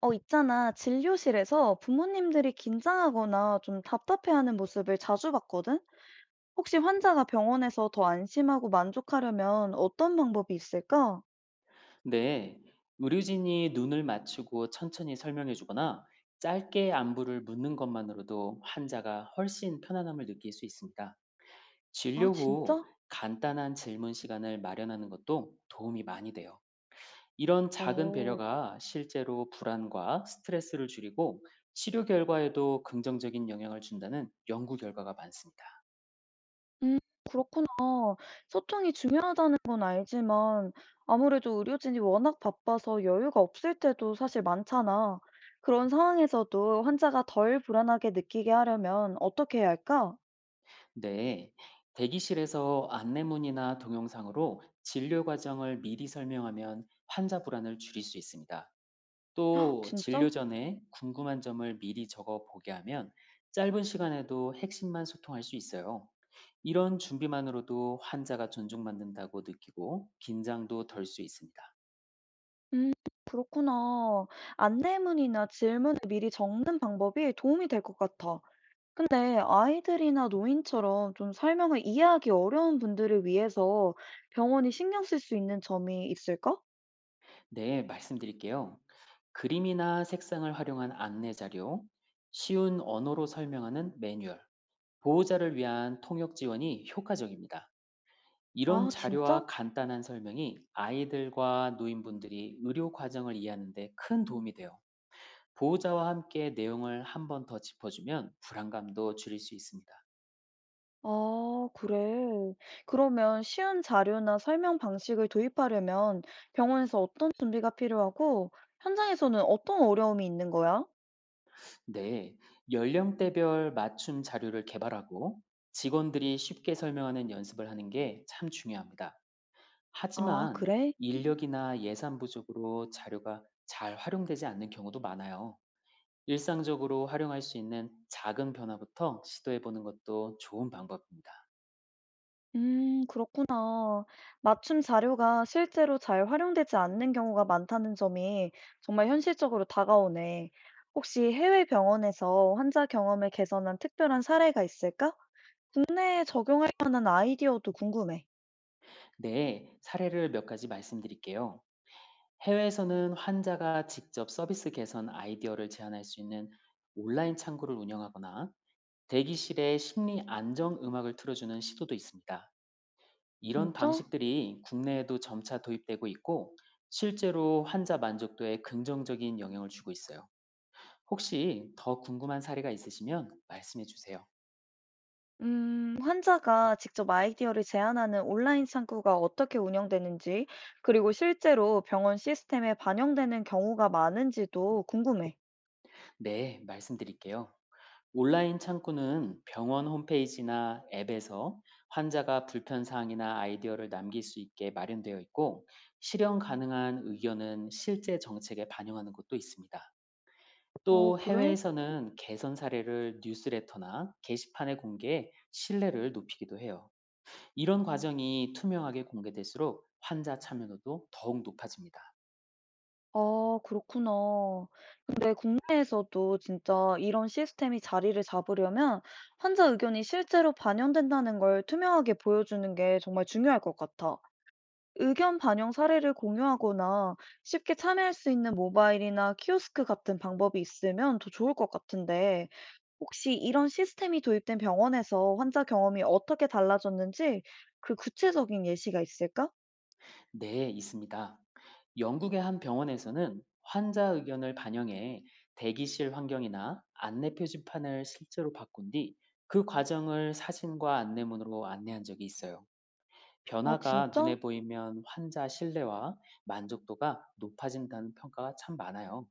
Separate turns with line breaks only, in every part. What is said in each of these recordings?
있잖아. 진료실에서 부모님들이 긴장하거나 좀 답답해하는 모습을 자주 봤거든? 혹시 환자가 병원에서 더 안심하고 만족하려면 어떤 방법이 있을까?
네, 의료진이 눈을 맞추고 천천히 설명해 주거나 짧게 안부를 묻는 것만으로도 환자가 훨씬 편안함을 느낄 수 있습니다.
아,
진료 후
진짜?
간단한 질문 시간을 마련하는 것도 도움이 많이 돼요. 이런 작은
어,
배려가 실제로 불안과 스트레스를 줄이고 치료 결과에도 긍정적인 영향을 준다는 연구 결과가 많습니다.
음, 그렇구나. 소통이 중요하다는 건 알지만 아무래도 의료진이 워낙 바빠서 여유가 없을 때도 사실 많잖아. 그런 상황에서도 환자가 덜 불안하게 느끼게 하려면 어떻게 해야 할까?
네, 대기실에서 안내문이나 동영상으로 진료 과정을 미리 설명하면 환자 불안을 줄일 수 있습니다. 또 진료
진짜?
전에 궁금한 점을 미리 적어 보게 하면 짧은 시간에도 핵심만 소통할 수 있어요. 이런 준비만으로도 환자가 존중받는다고 느끼고 긴장도 덜 수 있습니다.
음, 그렇구나. 안내문이나 질문을 미리 적는 방법이 도움이 될 것 같아. 근데 아이들이나 노인처럼 좀 설명을 이해하기 어려운 분들을 위해서 병원이 신경 쓸 수 있는 점이 있을까?
네, 말씀드릴게요. 그림이나 색상을 활용한 안내 자료, 쉬운 언어로 설명하는 매뉴얼, 보호자를 위한 통역 지원이 효과적입니다. 이런
아, 진짜?
자료와 간단한 설명이 아이들과 노인분들이 의료 과정을 이해하는 데 큰 도움이 돼요. 보호자와 함께 내용을 한 번 더 짚어주면 불안감도 줄일 수 있습니다.
아, 그래. 그러면 쉬운 자료나 설명 방식을 도입하려면 병원에서 어떤 준비가 필요하고 현장에서는 어떤 어려움이 있는 거야?
네, 연령대별 맞춤 자료를 개발하고 직원들이 쉽게 설명하는 연습을 하는 게 참 중요합니다.
아,
하지만
그래?
인력이나 예산 부족으로 자료가 잘 활용되지 않는 경우도 많아요. 일상적으로 활용할 수 있는 작은 변화부터 시도해 보는 것도 좋은 방법입니다.
그렇구나. 맞춤 자료가 실제로 잘 활용되지 않는 경우가 많다는 점이 정말 현실적으로 다가오네. 혹시 해외 병원에서 환자 경험을 개선한 특별한 사례가 있을까? 국내에 적용할 만한 아이디어도 궁금해.
네, 사례를 몇 가지 말씀드릴게요. 해외에서는 환자가 직접 서비스 개선 아이디어를 제안할 수 있는 온라인 창구를 운영하거나 대기실에 심리 안정 음악을 틀어주는 시도도 있습니다. 이런
진짜?
방식들이 국내에도 점차 도입되고 있고 실제로 환자 만족도에 긍정적인 영향을 주고 있어요. 혹시 더 궁금한 사례가 있으시면 말씀해 주세요.
환자가 직접 아이디어를 제안하는 온라인 창구가 어떻게 운영되는지, 그리고 실제로 병원 시스템에 반영되는 경우가 많은지도 궁금해.
네, 말씀드릴게요. 온라인 창구는 병원 홈페이지나 앱에서 환자가 불편사항이나 아이디어를 남길 수 있게 마련되어 있고, 실현 가능한 의견은 실제 정책에 반영하는 곳도 있습니다.
어,
또
그래?
해외에서는 개선 사례를 뉴스레터나 게시판에 공개해 신뢰를 높이기도 해요. 이런 과정이 투명하게 공개될수록 환자 참여도도 더욱 높아집니다.
아, 그렇구나. 근데 국내에서도 진짜 이런 시스템이 자리를 잡으려면 환자 의견이 실제로 반영된다는 걸 투명하게 보여주는 게 정말 중요할 것 같아. 의견 반영 사례를 공유하거나 쉽게 참여할 수 있는 모바일이나 키오스크 같은 방법이 있으면 더 좋을 것 같은데, 혹시 이런 시스템이 도입된 병원에서 환자 경험이 어떻게 달라졌는지 그 구체적인 예시가 있을까?
네, 있습니다. 영국의 한 병원에서는 환자 의견을 반영해 대기실 환경이나 안내 표지판을 실제로 바꾼 뒤 그 과정을 사진과 안내문으로 안내한 적이 있어요.
아,
변화가
진짜?
눈에 보이면 환자 신뢰와 만족도가 높아진다는 평가가 참 많아요.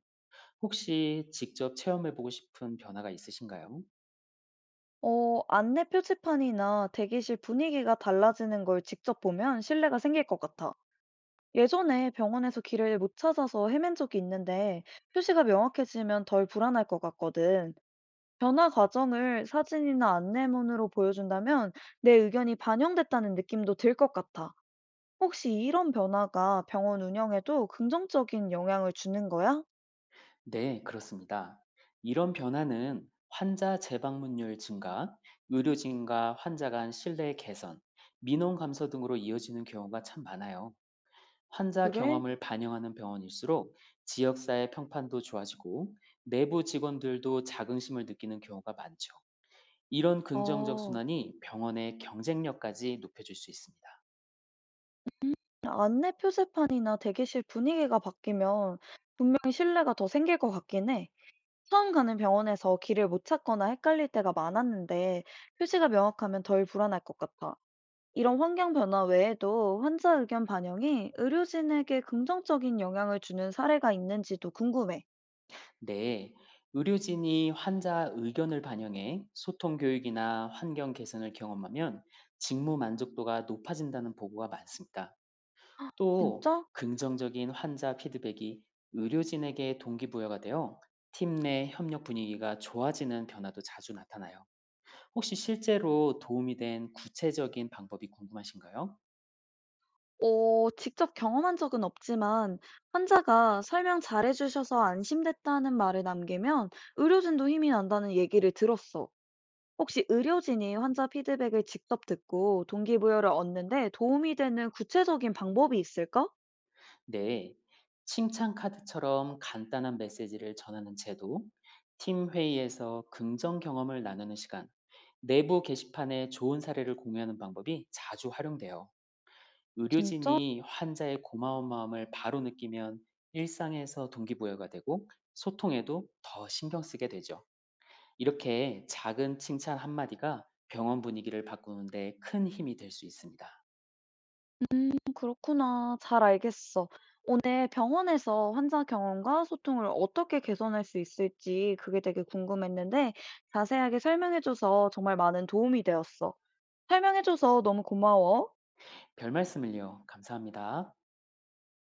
혹시 직접 체험해보고 싶은 변화가 있으신가요?
어, 안내 표지판이나 대기실 분위기가 달라지는 걸 직접 보면 신뢰가 생길 것 같아. 예전에 병원에서 길을 못 찾아서 헤맨 적이 있는데 표시가 명확해지면 덜 불안할 것 같거든. 변화 과정을 사진이나 안내문으로 보여준다면 내 의견이 반영됐다는 느낌도 들 것 같아. 혹시 이런 변화가 병원 운영에도 긍정적인 영향을 주는 거야?
네, 그렇습니다. 이런 변화는 환자 재방문율 증가, 의료진과 환자 간 신뢰 개선, 민원 감소 등으로 이어지는 경우가 참 많아요. 환자
그래?
경험을 반영하는 병원일수록 지역사회 평판도 좋아지고 내부 직원들도 자긍심을 느끼는 경우가 많죠. 이런 긍정적
아.
순환이 병원의 경쟁력까지 높여줄 수 있습니다.
안내 표지판이나 대기실 분위기가 바뀌면 분명히 신뢰가 더 생길 것 같긴 해. 처음 가는 병원에서 길을 못 찾거나 헷갈릴 때가 많았는데 표지가 명확하면 덜 불안할 것 같아. 이런 환경 변화 외에도 환자 의견 반영이 의료진에게 긍정적인 영향을 주는 사례가 있는지도 궁금해.
네, 의료진이 환자 의견을 반영해 소통 교육이나 환경 개선을 경험하면 직무 만족도가 높아진다는 보고가 많습니다. 또
진짜?
긍정적인 환자 피드백이 의료진에게 동기부여가 되어 팀 내 협력 분위기가 좋아지는 변화도 자주 나타나요. 혹시 실제로 도움이 된 구체적인 방법이 궁금하신가요?
어, 직접 경험한 적은 없지만 환자가 설명 잘해주셔서 안심됐다는 말을 남기면 의료진도 힘이 난다는 얘기를 들었어. 혹시 의료진이 환자 피드백을 직접 듣고 동기부여를 얻는데 도움이 되는 구체적인 방법이 있을까?
네, 칭찬 카드처럼 간단한 메시지를 전하는 제도, 팀 회의에서 긍정 경험을 나누는 시간, 내부 게시판에 좋은 사례를 공유하는 방법이 자주 활용돼요.
진짜?
의료진이 환자의 고마운 마음을 바로 느끼면 일상에서 동기부여가 되고 소통에도 더 신경 쓰게 되죠. 이렇게 작은 칭찬 한마디가 병원 분위기를 바꾸는데 큰 힘이 될 수 있습니다.
그렇구나. 잘 알겠어. 오늘 병원에서 환자 경험과 소통을 어떻게 개선할 수 있을지 그게 되게 궁금했는데 자세하게 설명해줘서 정말 많은 도움이 되었어. 설명해줘서 너무 고마워.
별 말씀을요. 감사합니다.